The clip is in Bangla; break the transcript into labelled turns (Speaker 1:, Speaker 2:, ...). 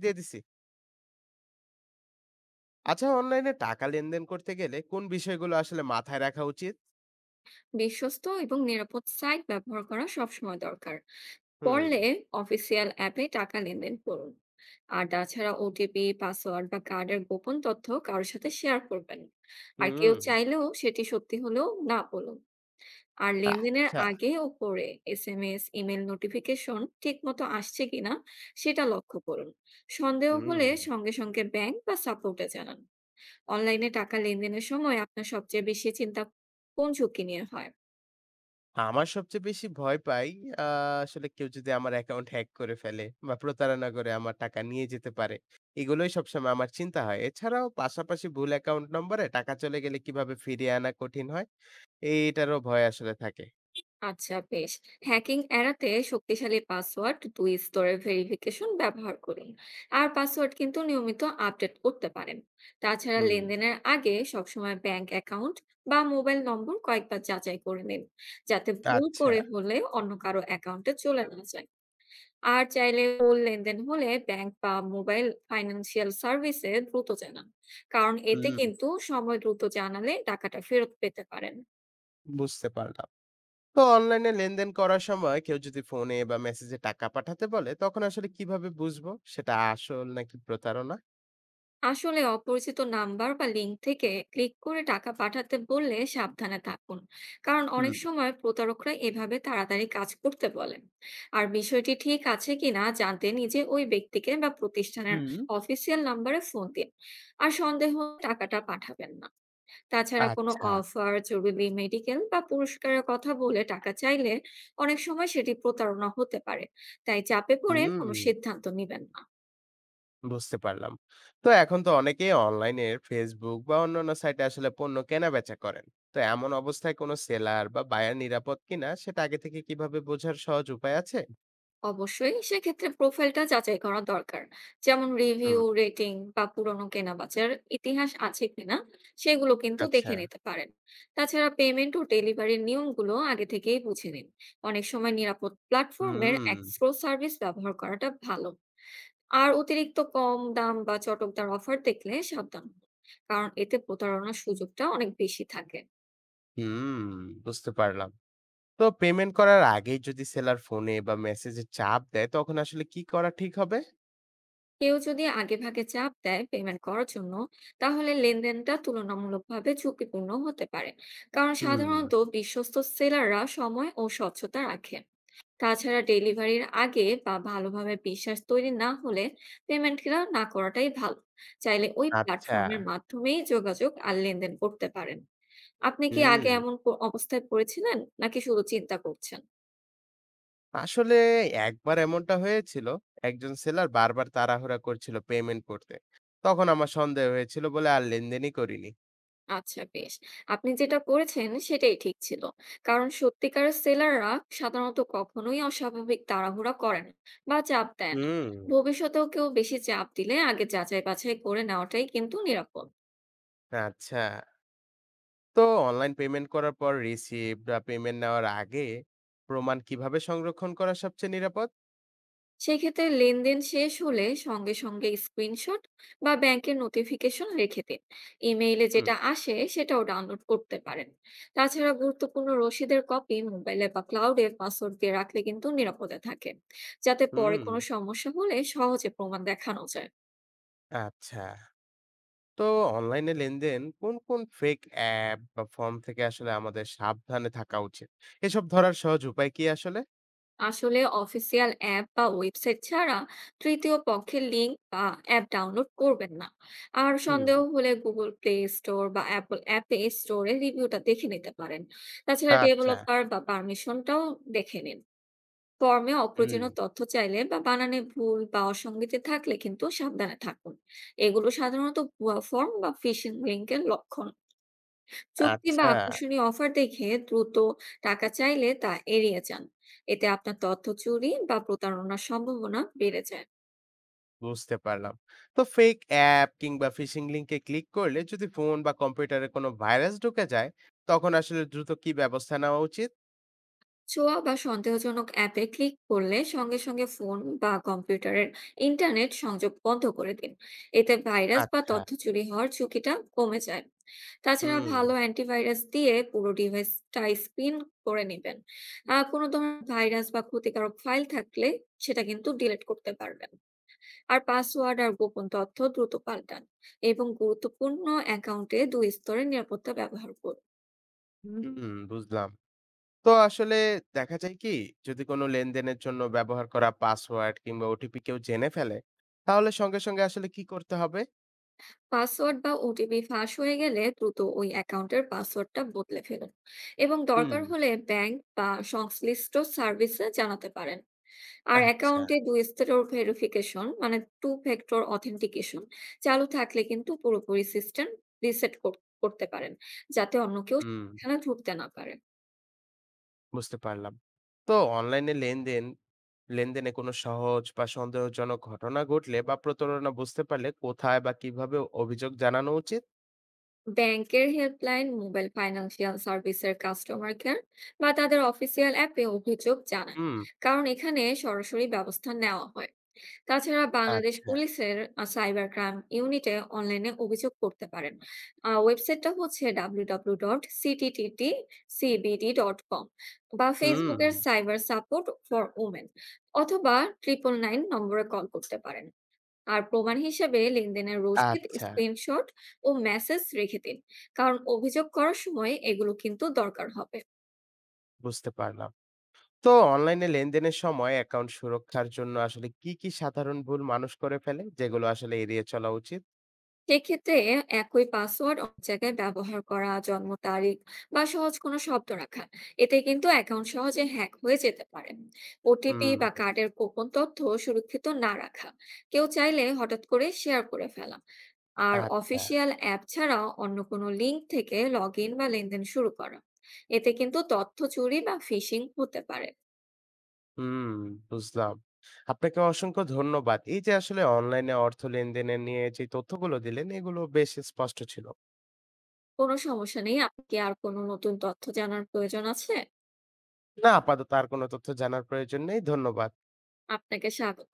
Speaker 1: দিয়ে দিছি। আচ্ছা, অনলাইনে টাকা লেনদেন করতে গেলে কোন বিষয়গুলো আসলে মাথায় রাখা উচিত?
Speaker 2: বিশ্বস্ত এবং নিরাপদ সাইট ব্যবহার করা সবসময় দরকার
Speaker 1: হুম,
Speaker 2: পড়লে অফিসিয়াল অ্যাপে টাকা লেনদেন করুন। আর তাছাড়া ওটিপি পাসওয়ার্ড বা কার্ডের গোপন তথ্য কারোর সাথে শেয়ার করবেন না। আর কেউ
Speaker 1: হুম।
Speaker 2: চাইলেও সেটি সত্যি হলেও না বলুন। আর লেনদেনের
Speaker 1: আচ্ছা।
Speaker 2: আগে ও পরে এসএমএস ইমেল নোটিফিকেশন ঠিক মতো আসছে কিনা সেটা লক্ষ্য করুন। সন্দেহ
Speaker 1: হুম।
Speaker 2: হলে সঙ্গে সঙ্গে ব্যাংক বা সাপোর্টে জানান। অনলাইনে টাকা লেনদেনের সময় আপনার সবচেয়ে বেশি চিন্তা কোন ঝুঁকি নিয়ে হয়?
Speaker 1: আমার সবচেয়ে বেশি ভয় পাই, আ আসলে কেউ যদি আমার অ্যাকাউন্ট হ্যাক করে ফেলে বা প্রতারণা করে আমার টাকা নিয়ে যেতে পারে। এগুলোই সবসময় আমার চিন্তা হয়। এছাড়াও পাশাপাশি ভুল অ্যাকাউন্ট নম্বরে টাকা চলে গেলে কিভাবে ফিরিয়ে আনা কঠিন হয়, এটারও ভয় আসলে থাকে।
Speaker 2: আচ্ছা, বেশ। হ্যাকিং এড়াতে শক্তিশালী পাসওয়ার্ড দুই স্তরের ভেরিফিকেশন ব্যবহার করুন। আর পাসওয়ার্ড কিন্তু নিয়মিত আপডেট করতে পারেন। তাছাড়া
Speaker 1: হুম।
Speaker 2: লেনদেনের আগে সবসময় ব্যাংক অ্যাকাউন্ট বা মোবাইল নম্বর কয়েকবার যাচাই করে নিন, যাতে ভুল
Speaker 1: আচ্ছা।
Speaker 2: করে হলে অন্য কারো অ্যাকাউন্টে চলে না যায়। আর চাইলে ভুল লেনদেন হলে ব্যাংক বা মোবাইল ফাইন্যান্সিয়াল সার্ভিসে দ্রুত জানান, কারণ এতে
Speaker 1: হুম,
Speaker 2: কিন্তু সময় দ্রুত জানালে টাকাটা ফেরত পেতে পারেন।
Speaker 1: বুঝতে পারলাম। তো অনলাইনে লেনদেন করার সময় কেউ যদি ফোনে বা মেসেজে টাকা পাঠাতে বলে তখন আসলে কিভাবে বুঝবো সেটা আসল নাকি প্রতারণা?
Speaker 2: আসলে অপরিচিত নাম্বার বা লিংক থেকে ক্লিক করে টাকা পাঠাতে বললে সাবধানে থাকুন, কারণ
Speaker 1: হুম।
Speaker 2: অনেক সময় প্রতারকরা এভাবে তাড়াতাড়ি কাজ করতে বলেন। আর বিষয়টি ঠিক আছে কিনা জানতে নিজে ওই ব্যক্তিকে বা প্রতিষ্ঠানের
Speaker 1: হুম
Speaker 2: অফিসিয়াল নাম্বারে ফোন দিন। আর সন্দেহ হলে টাকাটা পাঠাবেন না। তাছাড়া কোনো
Speaker 1: আচ্ছা।
Speaker 2: অফার জরুরি মেডিকেল বা পুরস্কারের কথা বলে টাকা চাইলে অনেক সময় সেটি প্রতারণা হতে পারে। তাই চাপে পড়ে
Speaker 1: হুম,
Speaker 2: কোনো সিদ্ধান্ত নেবেন না।
Speaker 1: বুঝতে পারলাম। তো এখন তো অনেকে অনলাইনে ফেসবুক বা অন্যান্য সাইটে আসলে পণ্য কেনা বেচা করেন, তো এমন অবস্থায় কোনো সেলার বা বায়ার নিরাপদ কিনা সেটা আগে থেকে কিভাবে বোঝার সহজ উপায় আছে?
Speaker 2: অবশ্যই সেক্ষেত্রে প্রোফাইলটা যাচাই করা দরকার, যেমন
Speaker 1: হুম।
Speaker 2: রিভিউ রেটিং বা পুরনো কেনাবেচার ইতিহাস আছে কিনা সেগুলো কিন্তু
Speaker 1: আচ্ছা।
Speaker 2: দেখে নিতে পারেন। তাছাড়া পেমেন্ট ও ডেলিভারির নিয়মগুলো আগে থেকেই বুঝে নিন। অনেক সময় নিরাপদ প্ল্যাটফর্মের
Speaker 1: হুম
Speaker 2: এক্সপ্রো সার্ভিস ব্যবহার করাটা ভালো। আর অতিরিক্ত কম দাম বা চটকদার অফার দেখলে সাবধান হন, কারণ এতে প্রতারণার সুযোগটা অনেক বেশি থাকে।
Speaker 1: হুম, বুঝতে পারলাম। তো পেমেন্ট করার আগেই যদি সেলার ফোনে বা মেসেজে চাপ দেয়, তখন আসলে কি করা ঠিক হবে?
Speaker 2: কেউ যদি আগেভাগে চাপ দেয় পেমেন্ট করার জন্য, তাহলে লেনদেনটা তুলনামূলকভাবে ঝুঁকিপূর্ণ হতে পারে, কারণ
Speaker 1: হুম,
Speaker 2: সাধারণত বিশ্বস্ত সেলাররা সময় ও স্বচ্ছতা রাখেন। তাছাড়া ডেলিভারির আগে বা ভালোভাবে বিশ্বাস তৈরি না হলে পেমেন্টটা না করাটাই ভালো। চাইলে ওই
Speaker 1: আচ্ছা।
Speaker 2: প্ল্যাটফর্মের মাধ্যমেই যোগাযোগ আর লেনদেন করতে পারেন। আপনি কি আগে
Speaker 1: হুম,
Speaker 2: এমন অবস্থায় পড়েছিলেন নাকি শুধু চিন্তা করছেন?
Speaker 1: আসলে একবার এমনটা হয়েছিল। একজন সেলার বারবার তাড়াহুড়া করছিল পেমেন্ট করতে। তখন আমার সন্দেহ হয়েছিল বলে আর লেনদেনই করিনি।
Speaker 2: আচ্ছা, বেশ। আপনি যেটা করেছেন সেটাই ঠিক ছিল। কারণ সত্যিকারের সেলাররা সাধারণত কখনোই অস্বাভাবিক তাড়াহুড়া করে না বা চাপ দেয় না।
Speaker 1: হুম,
Speaker 2: ভবিষ্যতেও কেউ বেশি চাপ দিলে আগে যাচাই বাছাই করে নেওয়াটাই কিন্তু নিরাপদ।
Speaker 1: আচ্ছা। তো অনলাইন পেমেন্ট করার পর রিসিপ্ট বা পেমেন্ট নেওয়ার আগে প্রমাণ কিভাবে সংরক্ষণ করা সবচেয়ে নিরাপদ?
Speaker 2: সেক্ষেত্রে লেনদেন শেষ হলে সঙ্গে সঙ্গে স্ক্রিনশট বা ব্যাংকের নোটিফিকেশন রেখে দিন। ইমেইলে
Speaker 1: হুম,
Speaker 2: যেটা আসে সেটাও ডাউনলোড করতে পারেন। তাছাড়া গুরুত্বপূর্ণ রসিদের কপি মোবাইলে বা ক্লাউডে পাসওয়ার্ড দিয়ে রাখলে কিন্তু নিরাপদে থাকে, যাতে পরে
Speaker 1: হুম,
Speaker 2: কোনো সমস্যা হলে সহজে প্রমাণ দেখানো যায়।
Speaker 1: আচ্ছা। তো অনলাইনে লেনদেন কোন কোন ফেক অ্যাপ বা ফর্ম থেকে আসলে আমাদের সাবধানে থাকা উচিত? এসব ধরার সহজ উপায় কি আসলে?
Speaker 2: আসলে অফিসিয়াল অ্যাপ বা ওয়েবসাইট ছাড়া তৃতীয় পক্ষের লিংক বা অ্যাপ ডাউনলোড করবেন না। আর
Speaker 1: হুম,
Speaker 2: সন্দেহ হলে গুগল প্লে স্টোর বা অ্যাপল অ্যাপ স্টোরে রিভিউটা দেখে নিতে পারেন। তাছাড়া
Speaker 1: আচ্ছা,
Speaker 2: ডেভেলপার বা পারমিশনটাও দেখে নিন। ফর্মে
Speaker 1: হুম,
Speaker 2: অপ্রয়োজনীয় তথ্য চাইলে বা বানানে ভুল বা অসঙ্গতি থাকলে কিন্তু সাবধানে থাকুন। এগুলো সাধারণত ভুয়া ফর্ম বা ফিশিং লিংকের লক্ষণ। চুক্তি বা
Speaker 1: আচ্ছা,
Speaker 2: আকর্ষণীয় অফার দেখে দ্রুত টাকা চাইলে তা এড়িয়ে যান। এতে আপনার তথ্য চুরি বা প্রতারণার সম্ভাবনা বেড়ে যায়।
Speaker 1: বুঝতে পারলাম। তো ফেক অ্যাপ কিংবা ফিশিং লিংকে ক্লিক করলে যদি ফোন বা কম্পিউটারে কোনো ভাইরাস ঢুকে যায়, তখন আসলে দ্রুত কি ব্যবস্থা নেওয়া উচিত?
Speaker 2: ছোঁয়া বা সন্দেহজনক অ্যাপে ক্লিক করলে সঙ্গে সঙ্গে ফোন বা কম্পিউটারের ইন্টারনেট সংযোগ বন্ধ করে দিন। এতে ভাইরাস বা
Speaker 1: আচ্ছা,
Speaker 2: তথ্য চুরি হওয়ার ঝুঁকিটা কমে যায়। তাছাড়া
Speaker 1: হুম,
Speaker 2: ভালো অ্যান্টিভাইরাস দিয়ে পুরো ডিভাইসটাই স্পিন করে নেবেন। আর কোনো ধরনের ভাইরাস বা ক্ষতিকারক ফাইল থাকলে সেটা কিন্তু ডিলিট করতে পারবেন। আর পাসওয়ার্ড আর গোপন তথ্য দ্রুত পাল্টান এবং গুরুত্বপূর্ণ অ্যাকাউন্টে দুই স্তরের নিরাপত্তা ব্যবহার করুন।
Speaker 1: হুম, বুঝলাম। তো আসলে দেখা যায় কি যদি কোনো লেনদেনের জন্য ব্যবহার করা পাসওয়ার্ড কিংবা ওটিপি কেউ জেনে ফেলে তাহলে সঙ্গে সঙ্গে আসলে কি করতে হবে?
Speaker 2: পাসওয়ার্ড বা ওটিপি ফাঁস হয়ে গেলে দ্রুত ওই অ্যাকাউন্টের পাসওয়ার্ডটা বদলে ফেলুন এবং
Speaker 1: হুম,
Speaker 2: দরকার হলে ব্যাংক বা সংশ্লিষ্ট সার্ভিসে জানাতে পারেন। আর
Speaker 1: আচ্ছা।
Speaker 2: অ্যাকাউন্টে দুই স্তরের ভেরিফিকেশন মানে টু ফ্যাক্টর অথেন্টিকেশন চালু থাকলে কিন্তু পুরোপুরি সিস্টেম রিসেট করতে পারেন, যাতে অন্য কেউ
Speaker 1: হুম,
Speaker 2: সেখানে ঢুকতে না পারে।
Speaker 1: বুঝতে পারলাম। তো অনলাইনে লেনদেনে কোনো সহজ বা সন্দেহজনক ঘটনা ঘটলে বা প্রতারণা বুঝতে পারলে কোথায় বা কিভাবে অভিযোগ জানানো উচিত?
Speaker 2: ব্যাংকের হেল্পলাইন, মোবাইল ফাইন্যান্সিয়াল সার্ভিসের কাস্টমার কেয়ার বা তাদের অফিসিয়াল অ্যাপে অভিযোগ জানান,
Speaker 1: হুম,
Speaker 2: কারণ এখানে সরাসরি ব্যবস্থা নেওয়া হয়। তাছাড়া বাংলাদেশ
Speaker 1: আচ্ছা,
Speaker 2: পুলিশের সাইবার ক্রাইম ইউনিটে অনলাইনে অভিযোগ করতে পারেন। ওয়েবসাইটটা হচ্ছে www.ctttcbd.com, বা
Speaker 1: হুম
Speaker 2: ফেসবুকের সাইবার সাপোর্ট ফর উমেন, অথবা 999 নম্বরে কল করতে পারেন। আর প্রমাণ হিসেবে লেনদেনের রসিদ,
Speaker 1: আচ্ছা,
Speaker 2: স্ক্রিনশট ও মেসেজ রেখে দিন। কারণ অভিযোগ করার সময় এগুলো কিন্তু দরকার হবে।
Speaker 1: বুঝতে পারলাম। তো অনলাইনে লেনদেনের সময় অ্যাকাউন্ট সুরক্ষার জন্য আসলে কি কি সাধারণ ভুল মানুষ করে ফেলে, যেগুলো আসলে এড়িয়ে চলা উচিত?
Speaker 2: সেক্ষেত্রে একই পাসওয়ার্ড অনেক জায়গায় ব্যবহার করা, জন্ম তারিখ বা সহজ কোনো শব্দ রাখা — এতে কিন্তু অ্যাকাউন্ট সহজে হ্যাক হয়ে যেতে পারে। ওটিপি
Speaker 1: হুম,
Speaker 2: বা কার্ডের গোপন তথ্য সুরক্ষিত না রাখা, কেউ চাইলে হঠাৎ করে শেয়ার করে ফেলা, আর
Speaker 1: আচ্ছা।
Speaker 2: অফিসিয়াল অ্যাপ ছাড়াও অন্য কোনো লিঙ্ক থেকে লগ ইন বা লেনদেন শুরু করা — এতে কিন্তু তথ্য চুরি বা ফিশিং হতে পারে।
Speaker 1: হুম, বুঝলাম। আপনাকে অসংখ্য ধন্যবাদ। এই যে আসলে অনলাইনে অর্থ লেনদেনের নিয়ে যে তথ্যগুলো দিলেন, এগুলো বেশ স্পষ্ট ছিল।
Speaker 2: কোনো সমস্যা নেই। আপনি কি আর কোনো নতুন তথ্য জানার প্রয়োজন আছে?
Speaker 1: না, আপাতত আর কোনো তথ্য জানার প্রয়োজন নেই। ধন্যবাদ।
Speaker 2: আপনাকে স্বাগত।